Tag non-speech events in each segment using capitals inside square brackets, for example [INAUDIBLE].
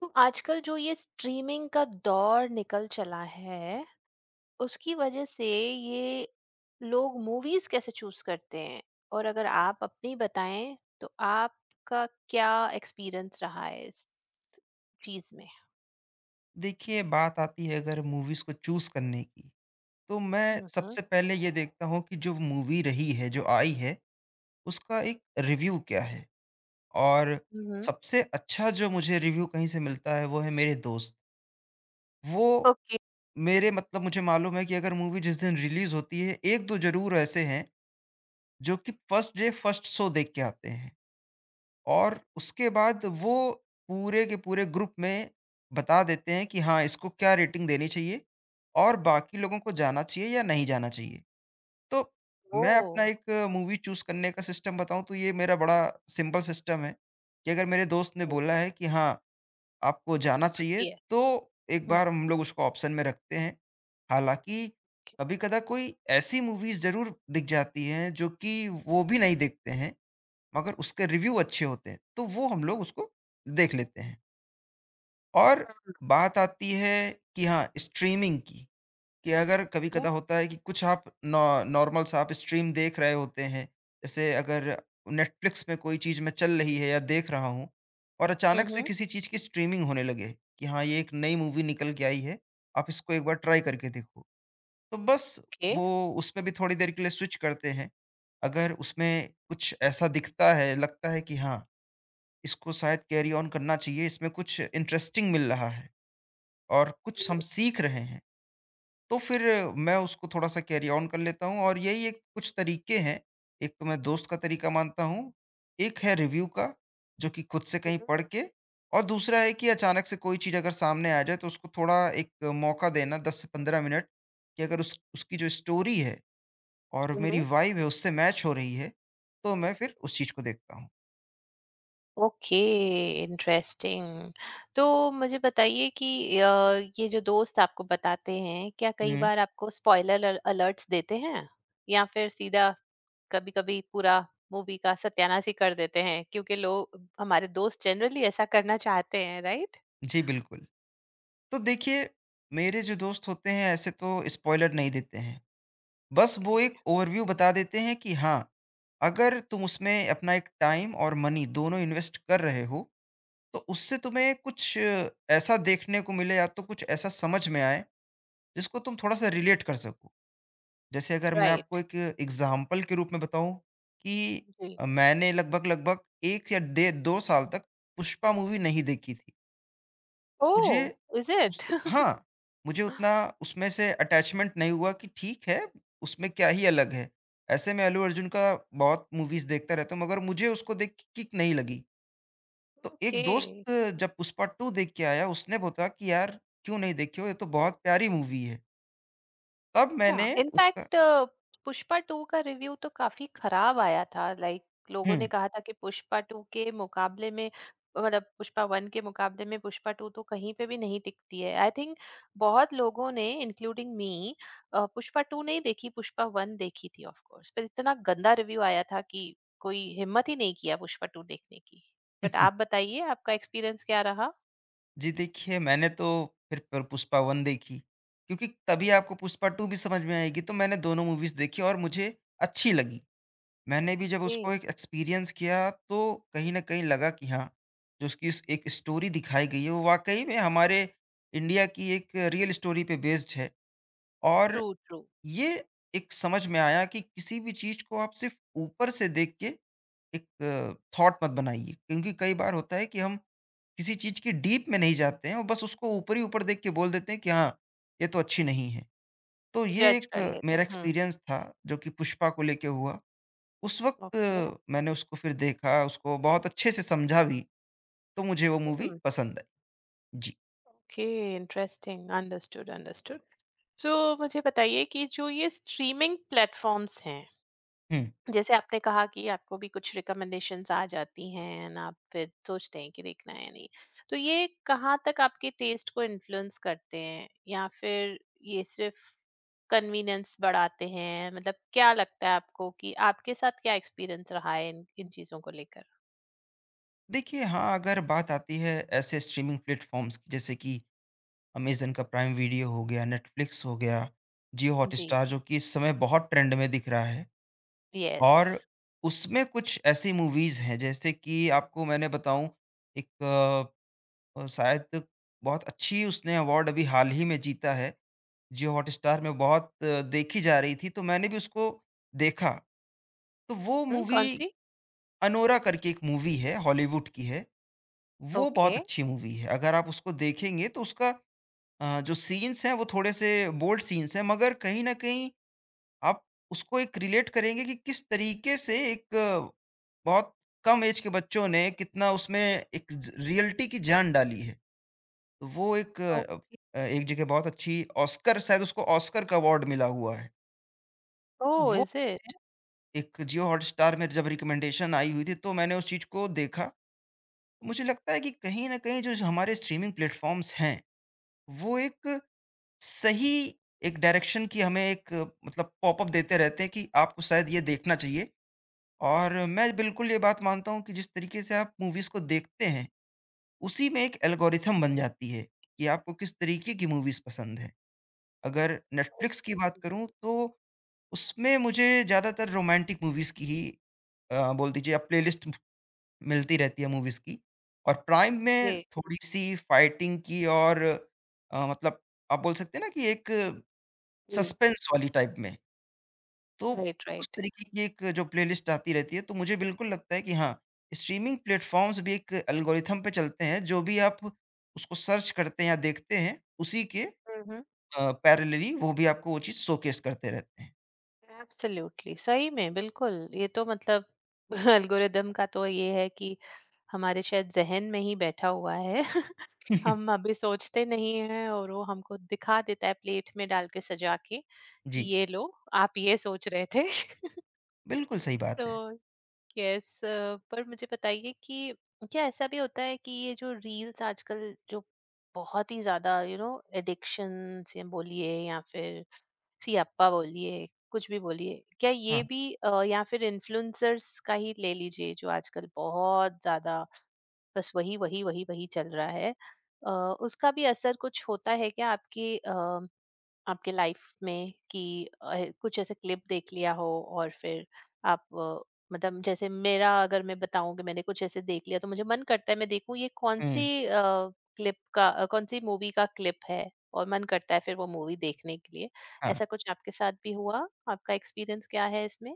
तो आजकल जो ये स्ट्रीमिंग का दौर निकल चला है, उसकी वजह से ये लोग मूवीज़ कैसे चूज़ करते हैं? और अगर आप अपनी बताएँ, तो आपका क्या एक्सपीरियंस रहा है इस चीज़ में? देखिए, बात आती है अगर मूवीज को चूज करने की, तो मैं हुँ, हुँ। सबसे पहले ये देखता हूँ कि जो मूवी रही है जो आई है उसका एक रिव्यू क्या है। और हुँ, हुँ। सबसे अच्छा जो मुझे रिव्यू कहीं से मिलता है वो है मेरे दोस्त। वो ओके। मेरे मतलब मुझे मालूम है कि अगर मूवी जिस दिन रिलीज होती है, एक दो जरूर ऐसे हैं जो कि फर्स्ट डे फर्स्ट शो देख के आते हैं और उसके बाद वो पूरे के पूरे ग्रुप में बता देते हैं कि हाँ, इसको क्या रेटिंग देनी चाहिए और बाकी लोगों को जाना चाहिए या नहीं जाना चाहिए। तो मैं ओह! अपना एक मूवी चूज़ करने का सिस्टम बताऊँ, तो ये मेरा बड़ा सिंपल सिस्टम है कि अगर मेरे दोस्त ने बोला है कि हाँ, आपको जाना चाहिए, अच्छी है। तो एक हुँ। बार हम लोग उसको ऑप्शन में रखते हैं। हालाँकि ओके। कभी-कदा कोई ऐसी मूवीज़ ज़रूर दिख जाती हैं जो कि वो भी नहीं देखते हैं। मगर उसके रिव्यू अच्छे होते हैं, तो वो हम लोग उसको देख लेते हैं। और बात आती है कि हाँ, स्ट्रीमिंग की, कि अगर कभी-कदा होता है कि कुछ आप नॉ नॉर्मल सा आप स्ट्रीम देख रहे होते हैं, जैसे अगर नेटफ्लिक्स में कोई चीज़ मैं चल रही है या देख रहा हूँ और हुँ, अचानक से हुँ। किसी चीज़ की स्ट्रीमिंग होने लगे कि हाँ, ये एक नई मूवी निकल के आई है, आप इसको एक बार ट्राई करके देखो। तो बस ओके। वो उसमें भी थोड़ी देर के लिए स्विच करते हैं। अगर उसमें कुछ ऐसा दिखता है, लगता है कि हाँ, इसको शायद कैरी ऑन करना चाहिए, इसमें कुछ इंटरेस्टिंग मिल रहा है और कुछ हम सीख रहे हैं, तो फिर मैं उसको थोड़ा-सा कैरी ऑन कर लेता हूँ। और यही एक कुछ तरीके हैं। एक तो मैं दोस्त का तरीका मानता हूँ, एक है रिव्यू का, जो कि खुद से कहीं पढ़ के, और दूसरा है कि अचानक से कोई चीज़ अगर सामने आ जाए तो उसको थोड़ा एक मौका देना, 10 से 15 मिनट, कि अगर उस उसकी जो स्टोरी है और मेरी वाइब है उससे मैच हो रही है, तो मैं फिर उस चीज़ को देखता हूँ। ओके। इंटरेस्टिंग। तो मुझे बताइए कि अ, ये जो दोस्त आपको बताते हैं क्या कई हुँ। बार आपको स्पॉइलर अलर्ट्स देते हैं या फिर सीधा कभी-कभी पूरा मूवी का सत्यानाश ही कर देते हैं, क्योंकि लोग हमारे दोस्त जनरली ऐसा करना चाहते हैं, राइट? जी, बिल्कुल। तो देखिए, मेरे जो दोस्त होते हैं ऐसे तो स्पॉइलर नहीं देते हैं। बस वो एक ओवरव्यू बता देते हैं कि हाँ, अगर तुम उसमें अपना एक टाइम और मनी दोनों इन्वेस्ट कर रहे हो, तो उससे तुम्हें कुछ ऐसा देखने को मिले या तो कुछ ऐसा समझ में आए, जिसको तुम थोड़ा-सा रिलेट कर सको। जैसे अगर मैं राइट। आपको एक एग्ज़ाम्पल के रूप में बताऊँ कि जी। मैंने लगभग-लगभग 1 या डे 2 साल तक पुष्पा मूवी नहीं देखी थी। मुझे ओह, इज उस इट? हाँ, मुझे [LAUGHS] उतना उसमें से अटैचमेंट नहीं हुआ कि ठीक है, उसमें क्या ही अलग है। ऐसे मैं अल्लू अर्जुन का बहुत मूवीज़ देखता रहता हूँ, मगर मुझे उसको देख के किक नहीं लगी। तो एक ओके। दोस्त जब पुष्पा 2 देख के आया, उसने बोला कि यार क्यों नहीं देखे हो? ये तो बहुत प्यारी मूवी है। तब हाँ, मैंने उसका इनफैक्ट पुष्पा टू का रिव्यू तो काफी खराब आया था। लाइक लोगों ने हुँ। कहा था कि पुष्पा टू के मुकाबले में मतलब पुष्पा वन के मुकाबले में पुष्पा टू तो कहीं पे भी नहीं टिकती है, आई थिंक। बहुत लोगों ने इंक्लूडिंग मी पुष्पा टू नहीं देखी, पुष्पा वन देखी थी ऑफ कोर्स, पर इतना गंदा रिव्यू आया था कि कोई हिम्मत ही नहीं किया पुष्पा टू देखने की। बट आप [LAUGHS] बताइए आपका एक्सपीरियंस क्या रहा? जी देखिए, मैंने तो फिर प पुष्पा 1 देखी, क्योंकि तभी आपको पुष्पा 2 भी समझ में आएगी। तो मैंने दोनों मूवीज़ देखी और मुझे अच्छी लगी। मैंने भी जब ओके। उसको एक एक्सपीरियंस किया, तो कहीं न कहीं लगा कि हाँ, जो उसकी स एक स्टोरी दिखाई गई है वो वाक़ई में हमारे इंडिया की एक रियल स्टोरी पे बेस्ड है। और ट्रू, ट्रू। ये एक समझ में आया कि किसी भी चीज़ को आप सिर्फ़ ऊपर से देख के एक थॉट मत बनाइए। क्योंकि कई बार होता है कि हम किसी चीज़ की डीप में नहीं जाते हैं और बस उसको ऊपर ही ऊपर देख के बोल देते हैं कि हाँ, ये तो अच्छी नहीं है। तो ये जज एक कर लेते मेरा हैं। हम्म। एक्सपीरियंस था जो कि पुष्पा को लेके हुआ। उस ओके। वक़्त मैंने उसको फिर देखा, उसको बहुत अच्छे से समझा भी, तो मुझे वो मूवी पसंद आई। जी। Okay. Interesting. Understood, understood. So मुझे बताइए कि जो ये स्ट्रीमिंग प्लेटफॉर्म्स हैं, हुँ। जैसे आपने कहा कि आपको भी कुछ रिकमेंडेशंस आ जाती हैं and आप फिर सोचते हैं कि देखना है या नहीं, तो ये कहाँ तक आपके टेस्ट को इन्फ्लुएंस करते हैं या फिर ये सिर्फ कन्वीनियंस बढ़ाते हैं? मतलब क्या लगता है आपको कि आपके साथ क्या एक्सपीरियंस रहा है इन इन चीजों को लेकर? देखिए, हाँ, अगर बात आती है ऐसे स्ट्रीमिंग प्लेटफ़ॉर्म्स की जैसे कि अमेज़न का प्राइम वीडियो हो गया, नेटफ्लिक्स हो गया, जियो जी। हॉटस्टार जो कि इस समय बहुत ट्रेंड में दिख रहा है। यस। और उसमें कुछ ऐसी मूवीज़ हैं जैसे कि आपको मैंने बताऊँ, एक शायद बहुत अच्छी उसने अवार्ड अभी हाल ही में जीता है, जियो हॉटस्टार में बहुत देखी जा रही थी, तो मैंने भी उसको देखा। तो वो हम्म। मूवी कौन सी? अनोरा करके एक मूवी है, हॉलीवुड की है। वो ओके। बहुत अच्छी मूवी है। अगर आप उसको देखेंगे तो उसका जो सीन्स हैं वो थोड़े-से बोल्ड सीन्स हैं, मगर कहीं न कहीं आप उसको एक रिलेट करेंगे कि किस तरीके से एक बहुत कम ऐज के बच्चों ने कितना उसमें एक ज रियलिटी की जान डाली है। तो वो एक जगह बहुत अच्छी ऑस्कर शायद उसको ऑस्कर का अवार्ड मिला हुआ है। ओ, वो इज एक जियो हॉटस्टार में जब रिकमेंडेशन आई हुई थी, तो मैंने उस चीज़ को देखा। मुझे लगता है कि कहीं न कहीं जो हमारे स्ट्रीमिंग प्लेटफ़ॉर्म्स हैं, वो एक सही एक डायरेक्शन की हमें एक मतलब पॉपअप देते रहते हैं कि आपको शायद ये देखना चाहिए। और मैं बिल्कुल ये बात मानता हूँ कि जिस तरीके से आप मूवीज़ को देखते हैं, उसी में एक एल्गोरिथम बन जाती है कि आपको किस तरीके की मूवीज़ पसंद हैं। अगर नेटफ्लिक्स की बात करूँ, तो उसमें मुझे ज़्यादातर रोमांटिक मूवीज़ की ही, बोल दीजिए आप, प्लेलिस्ट मिलती रहती है मूवीज़ की। और प्राइम में इट? थोड़ी-सी फाइटिंग की और अ, मतलब आप बोल सकते हैं ना, कि एक जी, सस्पेंस वाली टाइप में। तो राइट, उस राइट। तरीके की एक जो प्लेलिस्ट आती रहती है, तो मुझे बिल्कुल लगता है कि हाँ, स्ट्रीमिंग प्लेटफ़ॉर्म्स भी एक एल्गोरिथम पे चलते हैं, जो भी आप उसको सर्च करते हैं या देखते हैं, उसी के हम्म। पैरेलली वो भी आपको वो चीज़ शोकेस करते रहते हैं। एब्सोल्युटली, सही में बिल्कुल ये तो मतलब [LAUGHS] अल्गोरिदम का तो ये है कि हमारे शायद जहन में ही बैठा हुआ है। [LAUGHS] हम [LAUGHS] अभी सोचते नहीं हैं और वो हमको दिखा देता है प्लेट में डाल के सजा के कि जी, ये लो, आप ये सोच रहे थे। [LAUGHS] बिल्कुल सही तो बात है। यस, पर मुझे बताइए कि क्या ऐसा भी होता है कि ये जो रील्स आजकल जो बहुत ही ज्यादा एडिक्शन से बोलिए या फिर सियाप्पा बोलिए कुछ भी बोलिए, क्या ये हाँ, भी या फिर इन्फ्लुएंसर्स का ही ले लीजिए जो आजकल बहुत ज्यादा बस वही वही वही वही चल रहा है, अ, उसका भी असर कुछ होता है क्या आपकी आपके लाइफ में कि कुछ ऐसे क्लिप देख लिया हो और फिर आप मतलब जैसे मेरा अगर मैं बताऊं कि मैंने कुछ ऐसे देख लिया तो मुझे मन करता है मैं देखूं ये कौन सी हुँ, क्लिप का कौन सी मूवी का क्लिप है और मन करता है फिर वो मूवी देखने के लिए। हाँ। ऐसा कुछ आपके साथ भी हुआ? आपका एक्सपीरियंस क्या है इसमें?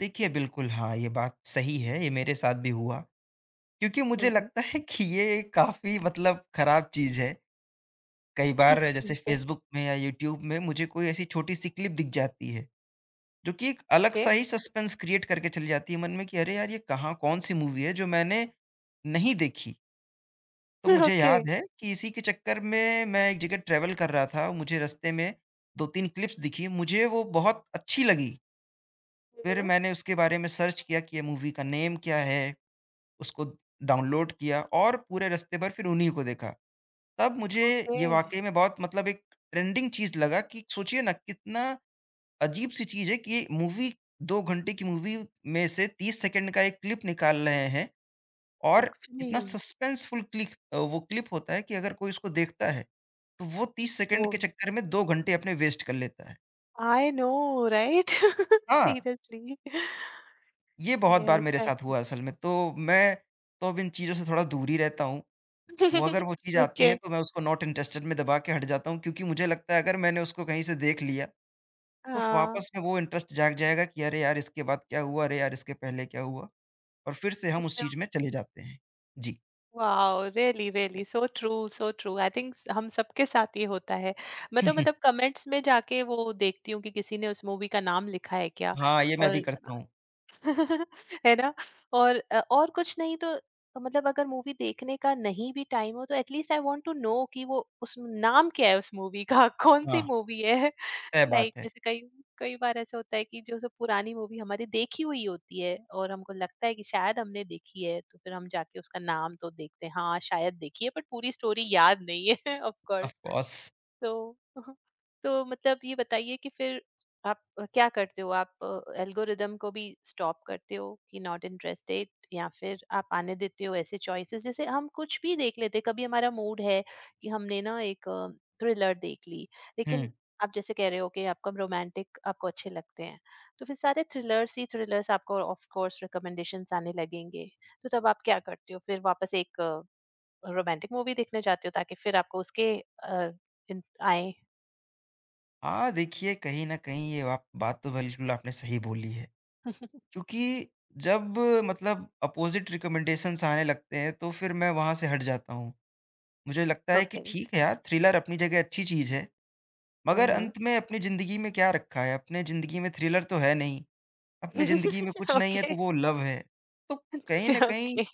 देखिए, बिल्कुल हाँ, ये बात सही है, ये मेरे साथ भी हुआ। क्योंकि मुझे हम्म। लगता है कि ये काफ़ी मतलब खराब चीज़ है। कई बार जैसे ओके। फ़ेसबुक में या यूट्यूब में मुझे कोई ऐसी छोटी-सी क्लिप दिख जाती है, जो कि एक ओके। अलग-सा ही सस्पेंस क्रिएट करके चली जाती है मन में कि अरे यार! ये कहाँ कौन-सी मूवी है जो मैंने नहीं देखी। तो [LAUGHS] मुझे ओके। याद है कि इसी के चक्कर में मैं एक जगह ट्रैवल कर रहा था, मुझे रास्ते में 2-3 क्लिप्स दिखी, मुझे वो बहुत अच्छी लगी। फिर हम्म। मैंने उसके बारे में सर्च किया कि ये मूवी का नेम क्या है, उसको डाउनलोड किया और पूरे रास्ते भर फिर उन्हीं को देखा। तब मुझे ओके। ये वाक़ई में बहुत मतलब एक ट्रेंडिंग चीज़ लगा कि सोचिए ना कितना अजीब-सी चीज़ है कि मूवी 2 घंटे की मूवी में से 30 सेकंड का एक क्लिप निकाल रहे हैं और इतना एक्चुअली सस्पेंसफुल वो क्लिप होता है कि अगर कोई उसको देखता है, तो वो 30 वो, सेकंड के चक्कर में 2 घंटे अपने वेस्ट कर लेता है। आई नो, राइट, हाँ, सीरियसली, ये बहुत बार यस। मेरे [LAUGHS] साथ हुआ असल में, तो मैं तो अब इन चीज़ों से थोड़ा दूर ही रहता हूँ। वो अगर [LAUGHS] वो चीज़ आती है Okay. तो मैं उसको नॉट इंटरेस्टेड में दबा के हट जाता हूँ, क्योंकि मुझे लगता है अगर मैंने उसको कहीं से देख लिया तो हाँ। वापस में वो इंटरेस्ट जाग जाएगा कि अरे यार! इसके बाद क्या हुआ? अरे यार! इसके पहले क्या हुआ? और फिर से हम you उस know, चीज़ में चले जाते हैं। जी। wow, really really so true so true, I think हम सबके साथ ये होता है। मैं तो [LAUGHS] मतलब कमेंट्स में जाके वो देखती हूँ कि किसी ने उस मूवी का नाम लिखा है क्या। हाँ, ये मैं और भी करता हूँ। [LAUGHS] है ना। और और कुछ नहीं तो मतलब अगर मूवी देखने का नहीं भी टाइम हो तो at least I want to know कि वो उस नाम क्या है उस मूवी का, [LAUGHS] कौन सी हाँ, मूवी है। तय बात लाइक है। जैसे कई कई बार ऐसा होता है कि जो सब पुरानी मूवी हमारी देखी हुई होती है और हमको लगता है कि शायद हमने देखी है, तो फिर हम जाके उसका नाम तो देखते हैं, हाँ शायद देखी है, बट पूरी स्टोरी याद नहीं है [LAUGHS] ऑफ ऑफ़ कोर्स। कोर्स। तो [LAUGHS] तो मतलब ये बताइए कि फिर आप क्या करते हो? आप एल्गोरिदम को भी स्टॉप करते हो कि नॉट इंटरेस्टेड, या फिर आप आने देते हो ऐसे चॉइसेस जैसे हम कुछ भी देख लेते हैं। कभी हमारा मूड है कि हमने ना एक थ्रिलर देख ली, लेकिन हुँ। आप जैसे कह रहे हो कि आपका रोमांटिक आपको अच्छे लगते हैं, तो फिर सारे थ्रिलर्स ही थ्रिलर्स आपको ऑफ कोर्स रिकमेंडेशंस आने लगेंगे। तो तब आप क्या करते हो? फिर वापस एक रोमांटिक मूवी देखने जाती हो ताकि फिर आपको उसके अ, इन आए? हाँ, देखिए, कहीं न कहीं ये आप बात तो बिल्कुल आपने सही बोली है। [LAUGHS] क्योंकि जब मतलब अपोज़िट रिकमेंडेशंस आने लगते हैं तो फिर मैं वहाँ से हट जाता हूँ। मुझे लगता है कि ओके। ठीक है यार, थ्रिलर अपनी जगह अच्छी चीज़ है, हुँ, मगर हुँ। अंत में अपनी ज़िंदगी में क्या रखा है? अपने ज़िंदगी में थ्रिलर तो है नहीं। अपनी ज़िंदगी में कुछ [LAUGHS] नहीं है, ओके। तो वो लव है। तो कहीं न अच्छा कहीं ओके।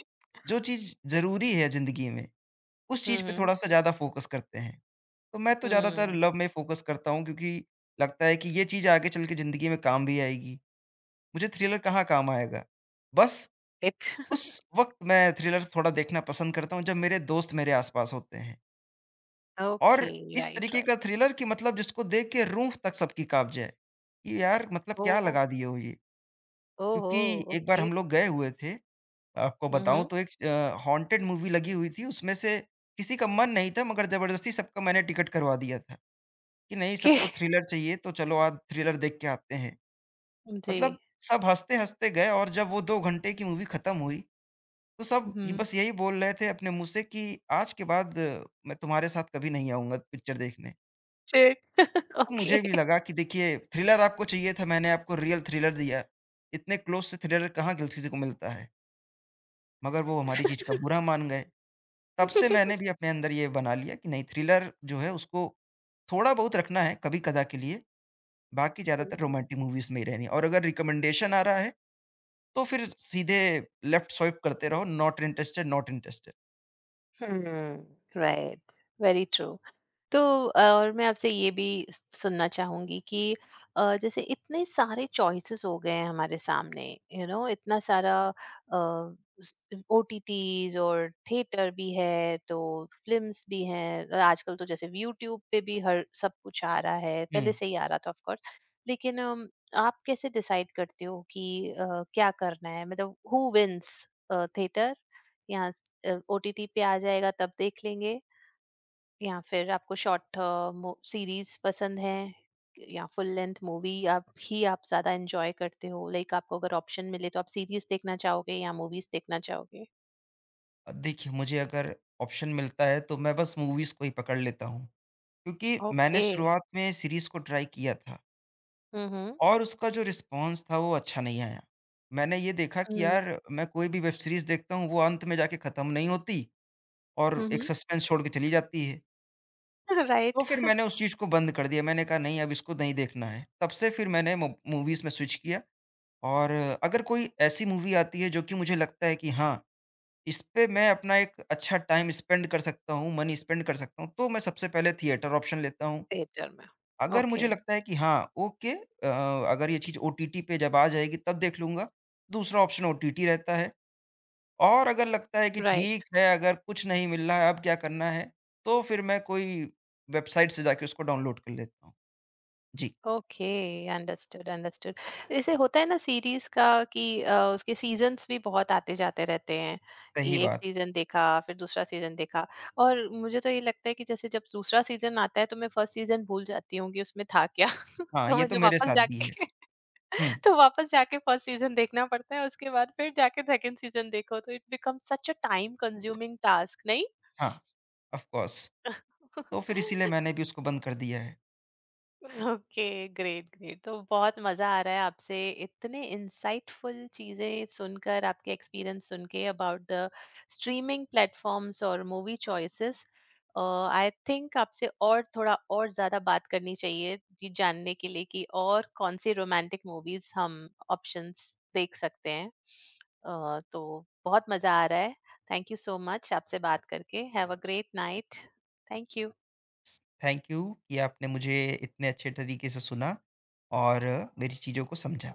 जो चीज़ ज़रूरी है ज़िंदगी में, उस हुँ, चीज़ पे हुँ। थोड़ा-सा ज़्यादा फ़ोकस करते हैं। तो मैं तो ज़्यादातर हुँ, लव में फ़ोकस करता हूँ, क्योंकि लगता है कि ये चीज़ आगे चल के ज़िंदगी में काम भी आएगी। मुझे थ्रिलर कहाँ काम आएगा? बस इट। उस वक़्त मैं थ्रिलर थोड़ा देखना पसंद करता हूँ जब मेरे दोस्त मेरे आस-पास होते हैं। ओके, और इस राइट, तरीके राइट। का थ्रिलर कि मतलब जिसको देख के रूह तक सबकी काँप जाए, कि यार मतलब क्या ओह! लगा दिए हो ये? ओहो! क्योंकि एक बार ओके। हम लोग गए हुए थे, आपको हुँ, बताऊँ हुँ। तो एक हॉन्टेड मूवी लगी हुई थी, उसमें से किसी का मन नहीं था, मगर ज़बरदस्ती सबका मैंने टिकट करवा दिया था, कि नहीं, ओके, सबको [LAUGHS] थ्रिलर चाहिए तो चलो आज थ्रिलर देख के आते हैं। जी। मतलब सब हँसते-हँसते गए और जब वो 2 घंटे की मूवी खत्म हुई, तो सब हुँ, बस यही बोल रहे थे अपने मुँह से कि आज के बाद, मैं तुम्हारे साथ कभी नहीं आऊँगा पिक्चर देखने। शिट, तो ओके। मुझे भी लगा कि देखिए, थ्रिलर आपको चाहिए था, मैंने आपको रियल थ्रिलर दिया। इतने क्लोज़ से थ्रिलर कहाँ किसी को मिलता है, मगर वो हमारी चीज़ का बुरा मान गए। तब से मैंने [LAUGHS] भी अपने अंदर ये बना लिया कि नहीं, थ्रिलर जो है उसको थोड़ा बहुत रखना है कभी-कदा के लिए, बाकी ज़्यादातर रोमांटिक मूवीज़ में ही रहनी है और अगर रिकमेंडेशन आ रहा है, तो फिर सीधे लेफ्ट स्वाइप करते रहो, not interested, not interested. Hmm, right, very true. तो और मैं आपसे ये भी सुनना चाहूंगी कि जैसे इतने सारे चॉइसेस हो गए हैं हमारे सामने, यू you नो know, इतना सारा ओटीटीज और थिएटर भी है, तो फिल्म्स भी हैं और आजकल तो जैसे यूट्यूब पे भी हर सब कुछ आ रहा है, हुँ। पहले से ही आ रहा था ऑफ कोर्स, लेकिन आप कैसे डिसाइड करते हो कि क्या करना है, मतलब हु विंस थिएटर या ओटीटी पे आ जाएगा तब देख लेंगे, या फिर आपको शॉर्ट सीरीज पसंद है या फुल लेंथ मूवी आप ज्यादा एंजॉय करते हो? लाइक आपको अगर ऑप्शन मिले तो आप सीरीज देखना चाहोगे या मूवीज देखना चाहोगे? देखिए, मुझे अगर ऑप्शन मिलता है तो मैं बस मूवीज़ को ही पकड़ लेता हूँ, क्योंकि मैंने ओके। शुरुआत में सीरीज़ को ट्राई किया था हम्म। और उसका जो रिस्पॉन्स था वो अच्छा नहीं आया। मैंने ये देखा कि हम्म। यार मैं कोई भी वेब सीरीज़ देखता हूँ वो अंत में जाके खत्म नहीं होती। और एक हम्म। सस्पेंस छोड़ के चली जाती है। तो राइट। फिर मैंने उस चीज़ को बंद कर दिया, मैंने कहा नहीं, अब इसको नहीं देखना है। तब से फिर मैंने मू मूवीज़ में स्विच किया। और अगर कोई ऐसी मूवी आती है जो कि मुझे लगता है कि हाँ, इस पे मैं अपना एक अच्छा टाइम स्पेंड कर सकता हूँ, मनी स्पेंड कर सकता हूँ, तो मैं सबसे पहले थिएटर ऑप्शन लेता हूँ। थिएटर [LAUGHS] में। अगर ओके। मुझे लगता है कि हाँ, ओके, अगर ये चीज़ ओटीटी पे जब आ जाएगी तब देख लूँगा, दूसरा ऑप्शन ओटीटी रहता है। और अगर लगता है कि राइट। ठीक है, अगर कुछ नहीं मिल रहा है, अब क्या करना है, तो फिर मैं कोई वेबसाइट से जाके उसको डाउनलोड कर लेता हूँ। जी, ओके। Understood, understood. जैसे होता है ना सीरीज का कि उसके सीजन्स भी बहुत आते जाते रहते हैं, कि सही एक बात। सीजन देखा फिर दूसरा सीजन देखा और मुझे तो ये लगता है कि जैसे जब दूसरा सीजन आता है तो मैं फर्स्ट सीजन भूल जाती हूँ कि उसमें था क्या। [LAUGHS] हाँ, तो ये तो मुझे मेरे वापस साथ जाके भी है। [LAUGHS] हुँ, तो वापस जाके फर्स्ट सीजन देखना पड़ता है, उसके बाद फिर जाके सेकंड सीजन देखो, तो it become such a time consuming task, नहीं? हाँ, ऑफ़ कोर्स। तो फिर इसीलिए [LAUGHS] मैंने भी उसको बंद कर दिया है। ओके। Great, great. तो बहुत मजा आ रहा है आपसे इतने इंसाइटफुल चीजें सुनकर, आपके एक्सपीरियंस सुन के अबाउट द स्ट्रीमिंग प्लेटफॉर्म्स और मूवी चॉइसेस। आई थिंक आपसे और थोड़ा और ज्यादा बात करनी चाहिए ये जानने के लिए कि और कौन सी रोमांटिक मूवीज हम ऑप्शंस देख सकते हैं। तो बहुत मजा आ रहा है। थैंक यू सो मच आपसे बात करके। Have a great night. Thank you. स थैंक यू कि आपने मुझे इतने अच्छे तरीके से सुना और मेरी चीज़ों को समझा।